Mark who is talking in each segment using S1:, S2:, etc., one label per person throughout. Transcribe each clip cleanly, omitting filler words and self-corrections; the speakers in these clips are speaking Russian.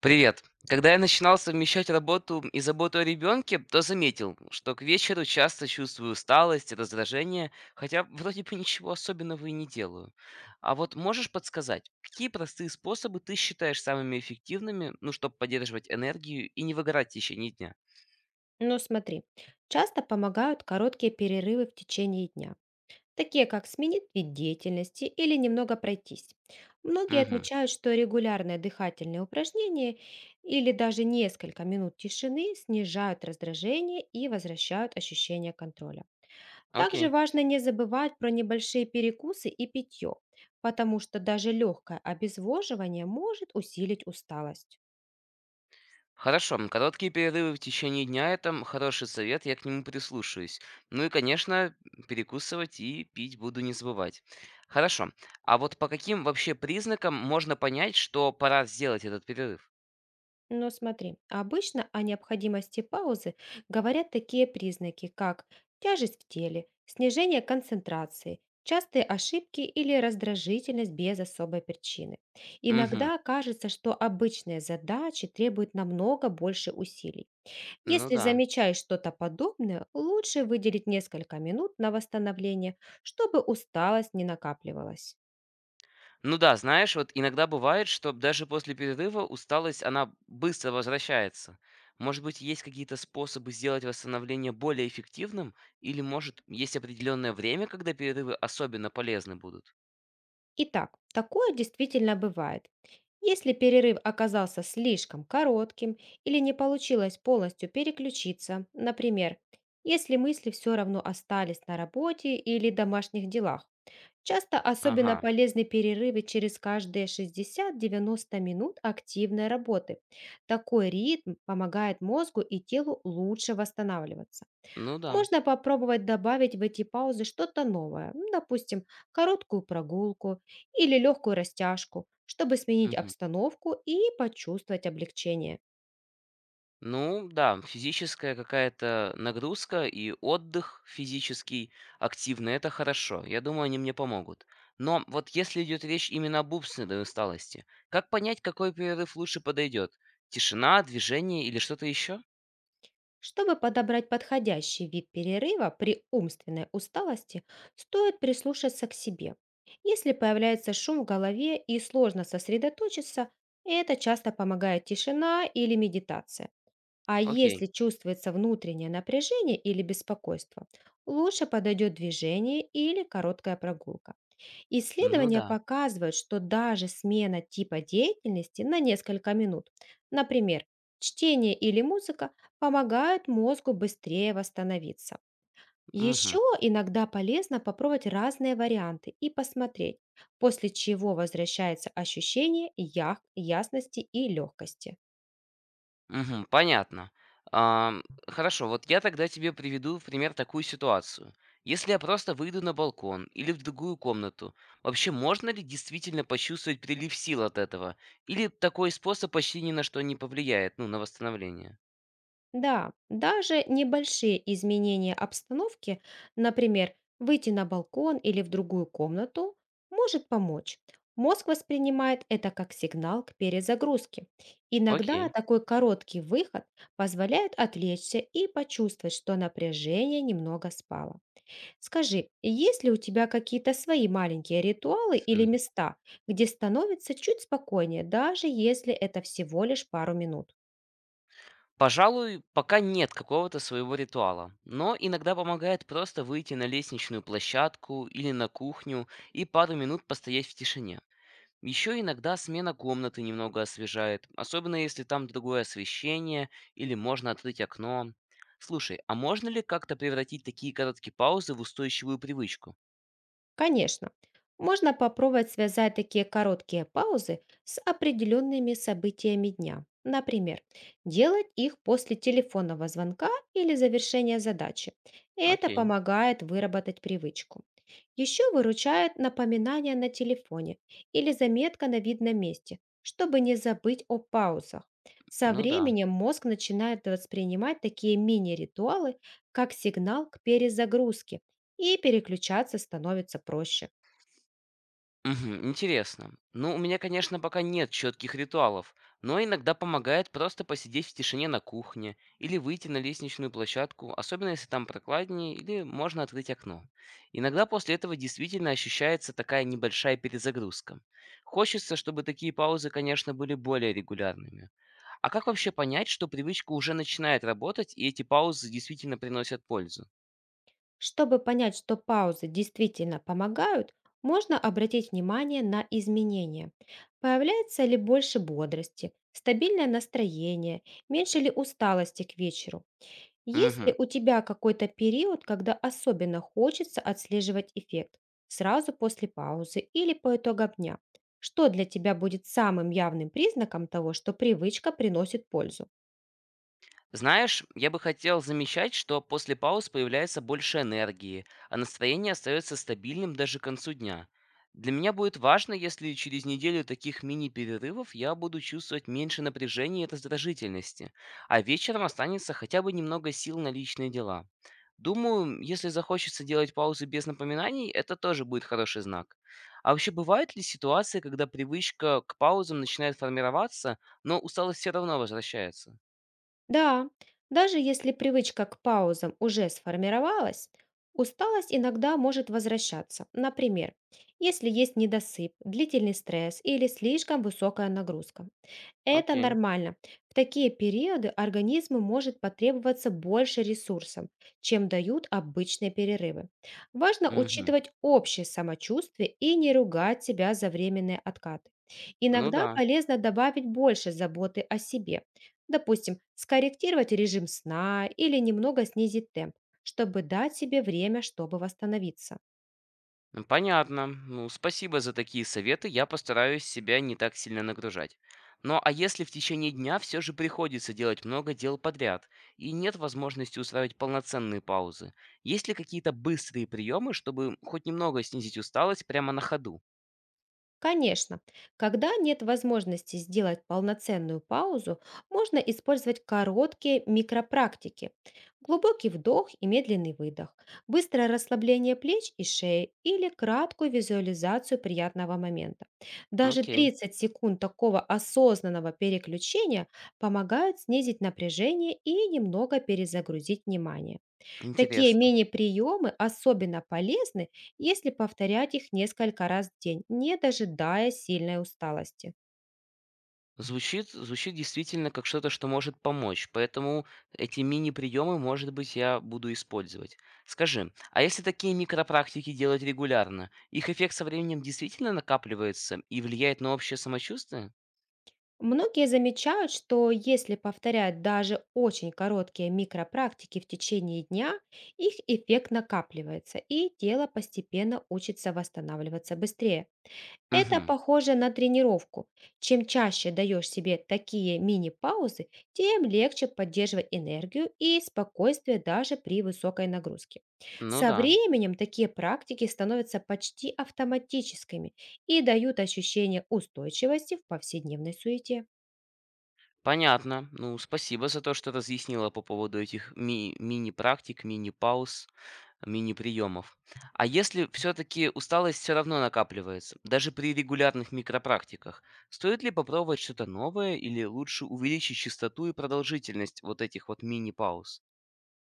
S1: Привет. Когда я начинал совмещать работу и заботу о ребенке, то заметил, что к вечеру часто чувствую усталость и раздражение, хотя вроде бы ничего особенного и не делаю. А вот можешь подсказать, какие простые способы ты считаешь самыми эффективными, ну, чтобы поддерживать энергию и не выгорать в течение дня?
S2: Но смотри, часто помогают короткие перерывы в течение дня, такие как сменить вид деятельности или немного пройтись. Многие
S1: Угу.
S2: отмечают, что регулярное дыхательное упражнение или даже несколько минут тишины снижают раздражение и возвращают ощущение контроля. Также
S1: Окей.
S2: важно не забывать про небольшие перекусы и питье, потому что даже легкое обезвоживание может усилить усталость.
S1: Хорошо, короткие перерывы в течение дня – это хороший совет, я к нему прислушаюсь. Ну и, конечно, перекусывать и пить буду не забывать. Хорошо, а вот по каким вообще признакам можно понять, что пора сделать этот перерыв?
S2: Но смотри, обычно о необходимости паузы говорят такие признаки, как тяжесть в теле, снижение концентрации, частые ошибки или раздражительность без особой причины.
S1: Угу,
S2: Иногда кажется, что обычные задачи требуют намного больше усилий.
S1: ну
S2: Если
S1: да.
S2: замечаешь что-то подобное, лучше выделить несколько минут на восстановление, чтобы усталость не накапливалась.
S1: Ну да, знаешь, вот иногда бывает, что даже после перерыва усталость, она быстро возвращается. Может быть, есть какие-то способы сделать восстановление более эффективным? Или, может, есть определенное время, когда перерывы особенно полезны будут?
S2: Итак, такое действительно бывает. Если перерыв оказался слишком коротким или не получилось полностью переключиться, например, если мысли все равно остались на работе или домашних делах, часто особенно
S1: Ага.
S2: полезны перерывы через каждые 60-90 минут активной работы. Такой ритм помогает мозгу и телу лучше восстанавливаться.
S1: Ну да.
S2: Можно попробовать добавить в эти паузы что-то новое, ну, допустим, короткую прогулку или легкую растяжку, чтобы сменить
S1: Мгм.
S2: обстановку и почувствовать облегчение.
S1: Ну да, физическая какая-то нагрузка и отдых физический активный- это хорошо. Я думаю, они мне помогут. Но вот если идет речь именно об умственной усталости, как понять, какой перерыв лучше подойдет? Тишина, движение или что-то еще?
S2: Чтобы подобрать подходящий вид перерыва при умственной усталости, стоит прислушаться к себе. Если появляется шум в голове и сложно сосредоточиться, это часто помогает тишина или медитация. А
S1: Окей.
S2: если чувствуется внутреннее напряжение или беспокойство, лучше подойдет движение или короткая прогулка.
S1: Ну
S2: Исследования
S1: да.
S2: показывают, что даже смена типа деятельности на несколько минут, например, чтение или музыка, помогают мозгу быстрее восстановиться.
S1: Мгм.
S2: Еще иногда полезно попробовать разные варианты и посмотреть, после чего возвращается ощущение ясности и легкости.
S1: Мгм. Понятно. Ам, хорошо, вот я тогда тебе приведу в пример такую ситуацию. Если я просто выйду на балкон или в другую комнату, вообще можно ли действительно почувствовать прилив сил от этого? Или такой способ почти ни на что не повлияет, ну, на восстановление?
S2: Да, даже небольшие изменения обстановки, например, выйти на балкон или в другую комнату, может помочь. Мозг воспринимает это как сигнал к перезагрузке. Иногда
S1: Окей.
S2: такой короткий выход позволяет отвлечься и почувствовать, что напряжение немного спало. Скажи, есть ли у тебя какие-то свои маленькие ритуалы или
S1: М.
S2: места, где становится чуть спокойнее, даже если это всего лишь пару минут?
S1: Пожалуй, пока нет какого-то своего ритуала, но иногда помогает просто выйти на лестничную площадку или на кухню и пару минут постоять в тишине. Еще иногда смена комнаты немного освежает, особенно если там другое освещение или можно открыть окно. Слушай, а можно ли как-то превратить такие короткие паузы в устойчивую привычку?
S2: Конечно, можно попробовать связать такие короткие паузы с определенными событиями дня. Например, делать их после телефонного звонка или завершения задачи. Это
S1: Окей,
S2: помогает выработать привычку. Еще выручает напоминание на телефоне или заметка на видном месте, чтобы не забыть о паузах. Со
S1: ну да.
S2: временем мозг начинает воспринимать такие мини-ритуалы как сигнал к перезагрузке, и переключаться становится проще.
S1: Мгм. Интересно. Ну, у меня, конечно, пока нет четких ритуалов, но иногда помогает просто посидеть в тишине на кухне или выйти на лестничную площадку, особенно если там прохладнее или можно открыть окно. Иногда после этого действительно ощущается такая небольшая перезагрузка. Хочется, чтобы такие паузы, конечно, были более регулярными. А как вообще понять, что привычка уже начинает работать и эти паузы действительно приносят пользу?
S2: Чтобы понять, что паузы действительно помогают, можно обратить внимание на изменения. Появляется ли больше бодрости, стабильное настроение, меньше ли усталости к вечеру? Есть ли
S1: Мгм.
S2: у тебя какой-то период, когда особенно хочется отслеживать эффект? Сразу после паузы или по итогам дня? Что для тебя будет самым явным признаком того, что привычка приносит пользу?
S1: Знаешь, я бы хотел замечать, что после пауз появляется больше энергии, а настроение остается стабильным даже к концу дня. Для меня будет важно, если через неделю таких мини-перерывов я буду чувствовать меньше напряжения и раздражительности, а вечером останется хотя бы немного сил на личные дела. Думаю, если захочется делать паузы без напоминаний, это тоже будет хороший знак. А вообще бывают ли ситуации, когда привычка к паузам начинает формироваться, но усталость все равно возвращается?
S2: Да, даже если привычка к паузам уже сформировалась, усталость иногда может возвращаться. Например, если есть недосып, длительный стресс или слишком высокая нагрузка. Это
S1: Окей.
S2: нормально. В такие периоды организму может потребоваться больше ресурсов, чем дают обычные перерывы. Важно
S1: Мгм.
S2: учитывать общее самочувствие и не ругать себя за временные откаты.
S1: Ну
S2: Иногда
S1: да,
S2: полезно добавить больше заботы о себе. Допустим, скорректировать режим сна или немного снизить темп, чтобы дать себе время, чтобы восстановиться.
S1: ну понятно. Ну, спасибо за такие советы. Я постараюсь себя не так сильно нагружать. Ну а если в течение дня все же приходится делать много дел подряд и нет возможности устраивать полноценные паузы, есть ли какие-то быстрые приемы, чтобы хоть немного снизить усталость прямо на ходу?
S2: Конечно, когда нет возможности сделать полноценную паузу, можно использовать короткие микропрактики. Глубокий вдох и медленный выдох, быстрое расслабление плеч и шеи или краткую визуализацию приятного момента. Даже
S1: Окей,
S2: 30 секунд такого осознанного переключения помогают снизить напряжение и немного перезагрузить внимание. Такие
S1: интересно.
S2: мини-приемы особенно полезны, если повторять их несколько раз в день, не дожидая сильной усталости.
S1: Звучит действительно как что-то, что может помочь, поэтому эти мини-приемы, может быть, я буду использовать. Скажи, а если такие микропрактики делать регулярно, их эффект со временем действительно накапливается и влияет на общее самочувствие?
S2: Многие замечают, что если повторять даже очень короткие микропрактики в течение дня, их эффект накапливается, и тело постепенно учится восстанавливаться быстрее. Это
S1: Угу,
S2: похоже на тренировку. Чем чаще даешь себе такие мини-паузы, тем легче поддерживать энергию и спокойствие даже при высокой нагрузке.
S1: ну
S2: Со
S1: да.
S2: временем такие практики становятся почти автоматическими и дают ощущение устойчивости в повседневной суете.
S1: Понятно. Ну, спасибо за то, что разъяснила по поводу этих мини-практик, мини-пауз. Мини-приемов. А если все-таки усталость все равно накапливается, даже при регулярных микропрактиках, стоит ли попробовать что-то новое или лучше увеличить частоту и продолжительность вот этих вот мини-пауз?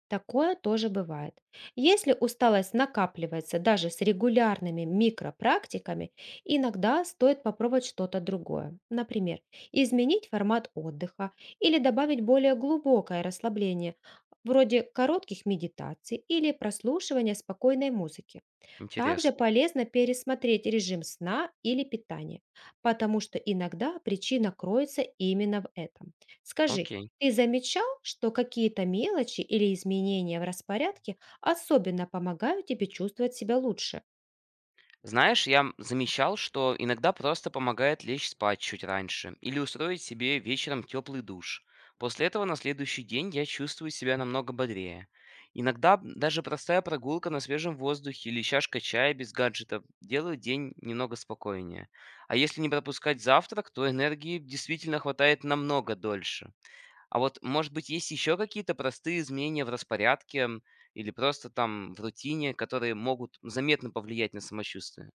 S2: Такое тоже бывает. Если усталость накапливается даже с регулярными микропрактиками, иногда стоит попробовать что-то другое. Например, изменить формат отдыха или добавить более глубокое расслабление, вроде коротких медитаций или прослушивания спокойной музыки. Также
S1: Интересно.
S2: полезно пересмотреть режим сна или питания, потому что иногда причина кроется именно в этом. Скажи,
S1: Окей.
S2: ты замечал, что какие-то мелочи или изменения в распорядке особенно помогают тебе чувствовать себя лучше?
S1: Знаешь, я замечал, что иногда просто помогает лечь спать чуть раньше или устроить себе вечером теплый душ. После этого на следующий день я чувствую себя намного бодрее. Иногда даже простая прогулка на свежем воздухе или чашка чая без гаджетов делают день немного спокойнее. А если не пропускать завтрак, то энергии действительно хватает намного дольше. А вот, может быть, есть еще какие-то простые изменения в распорядке или просто там в рутине, которые могут заметно повлиять на самочувствие?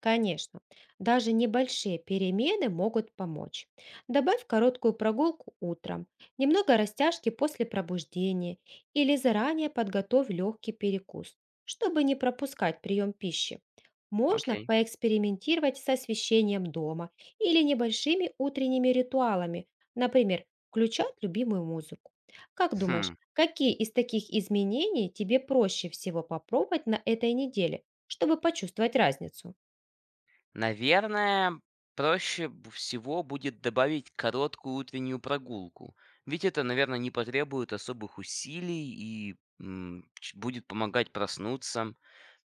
S2: Конечно, даже небольшие перемены могут помочь. Добавь короткую прогулку утром, немного растяжки после пробуждения или заранее подготовь легкий перекус, чтобы не пропускать прием пищи. Можно
S1: Окей.
S2: поэкспериментировать с освещением дома или небольшими утренними ритуалами, например, включать любимую музыку. Как думаешь,
S1: Хм.
S2: какие из таких изменений тебе проще всего попробовать на этой неделе, чтобы почувствовать разницу?
S1: Наверное, проще всего будет добавить короткую утреннюю прогулку. Ведь это, наверное, не потребует особых усилий и будет помогать проснуться.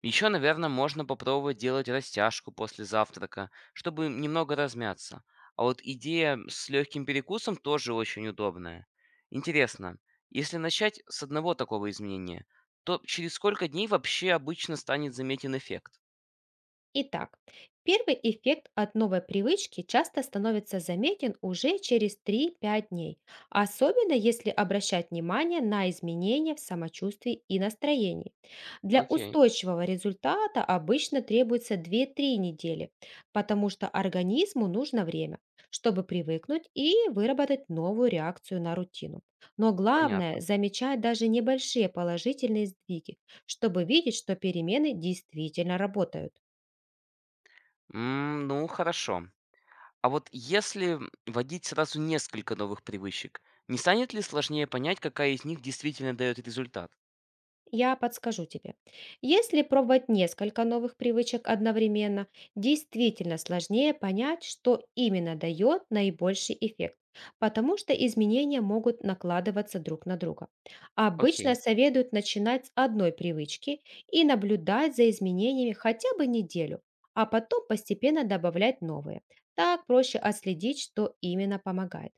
S1: Еще, наверное, можно попробовать делать растяжку после завтрака, чтобы немного размяться. А вот идея с легким перекусом тоже очень удобная. Интересно, если начать с одного такого изменения, то через сколько дней вообще обычно станет заметен эффект?
S2: Итак, первый эффект от новой привычки часто становится заметен уже через три-пять дней, особенно если обращать внимание на изменения в самочувствии и настроении. Для
S1: Окей.
S2: устойчивого результата обычно требуется две-три недели, потому что организму нужно время, чтобы привыкнуть и выработать новую реакцию на рутину. Но
S1: Понятно.
S2: главное — замечать даже небольшие положительные сдвиги, чтобы видеть, что перемены действительно работают.
S1: Ну, хорошо. А вот если вводить сразу несколько новых привычек, не станет ли сложнее понять, какая из них действительно дает результат?
S2: Я подскажу тебе. Если пробовать несколько новых привычек одновременно, действительно сложнее понять, что именно дает наибольший эффект, потому что изменения могут накладываться друг на друга. Обычно
S1: Окей,
S2: советуют начинать с одной привычки и наблюдать за изменениями хотя бы неделю, а потом постепенно добавлять новые. Так проще отследить, что именно помогает.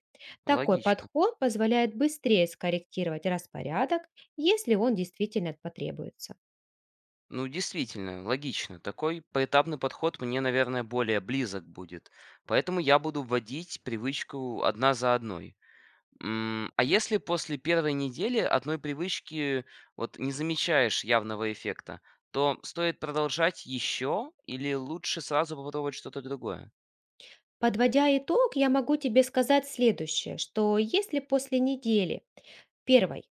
S2: Такой
S1: логично.
S2: подход позволяет быстрее скорректировать распорядок, если он действительно потребуется.
S1: Ну, действительно, логично. Такой поэтапный подход мне, наверное, более близок будет. Поэтому я буду вводить привычку одна за одной. А если после первой недели одной привычки вот не замечаешь явного эффекта, то стоит продолжать еще или лучше сразу попробовать что-то другое?
S2: Подводя итог, я могу тебе сказать следующее: что если после недели первой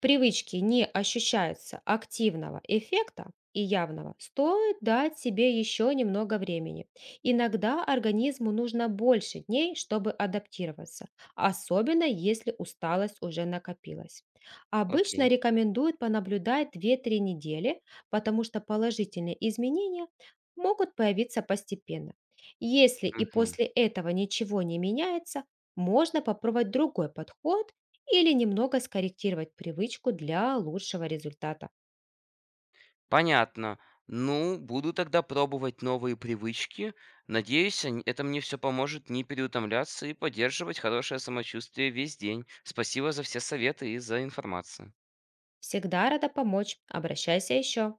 S2: привычки не ощущаются активного эффекта и явного, стоит дать себе еще немного времени. Иногда организму нужно больше дней, чтобы адаптироваться, особенно если усталость уже накопилась. Обычно
S1: Окей.
S2: рекомендуют понаблюдать две-три недели, потому что положительные изменения могут появиться постепенно. Если и
S1: Мгм.
S2: после этого ничего не меняется, можно попробовать другой подход или немного скорректировать привычку для лучшего результата.
S1: Понятно. Ну, буду тогда пробовать новые привычки. Надеюсь, это мне все поможет не переутомляться и поддерживать хорошее самочувствие весь день. Спасибо за все советы и за информацию.
S2: Всегда рада помочь. Обращайся еще.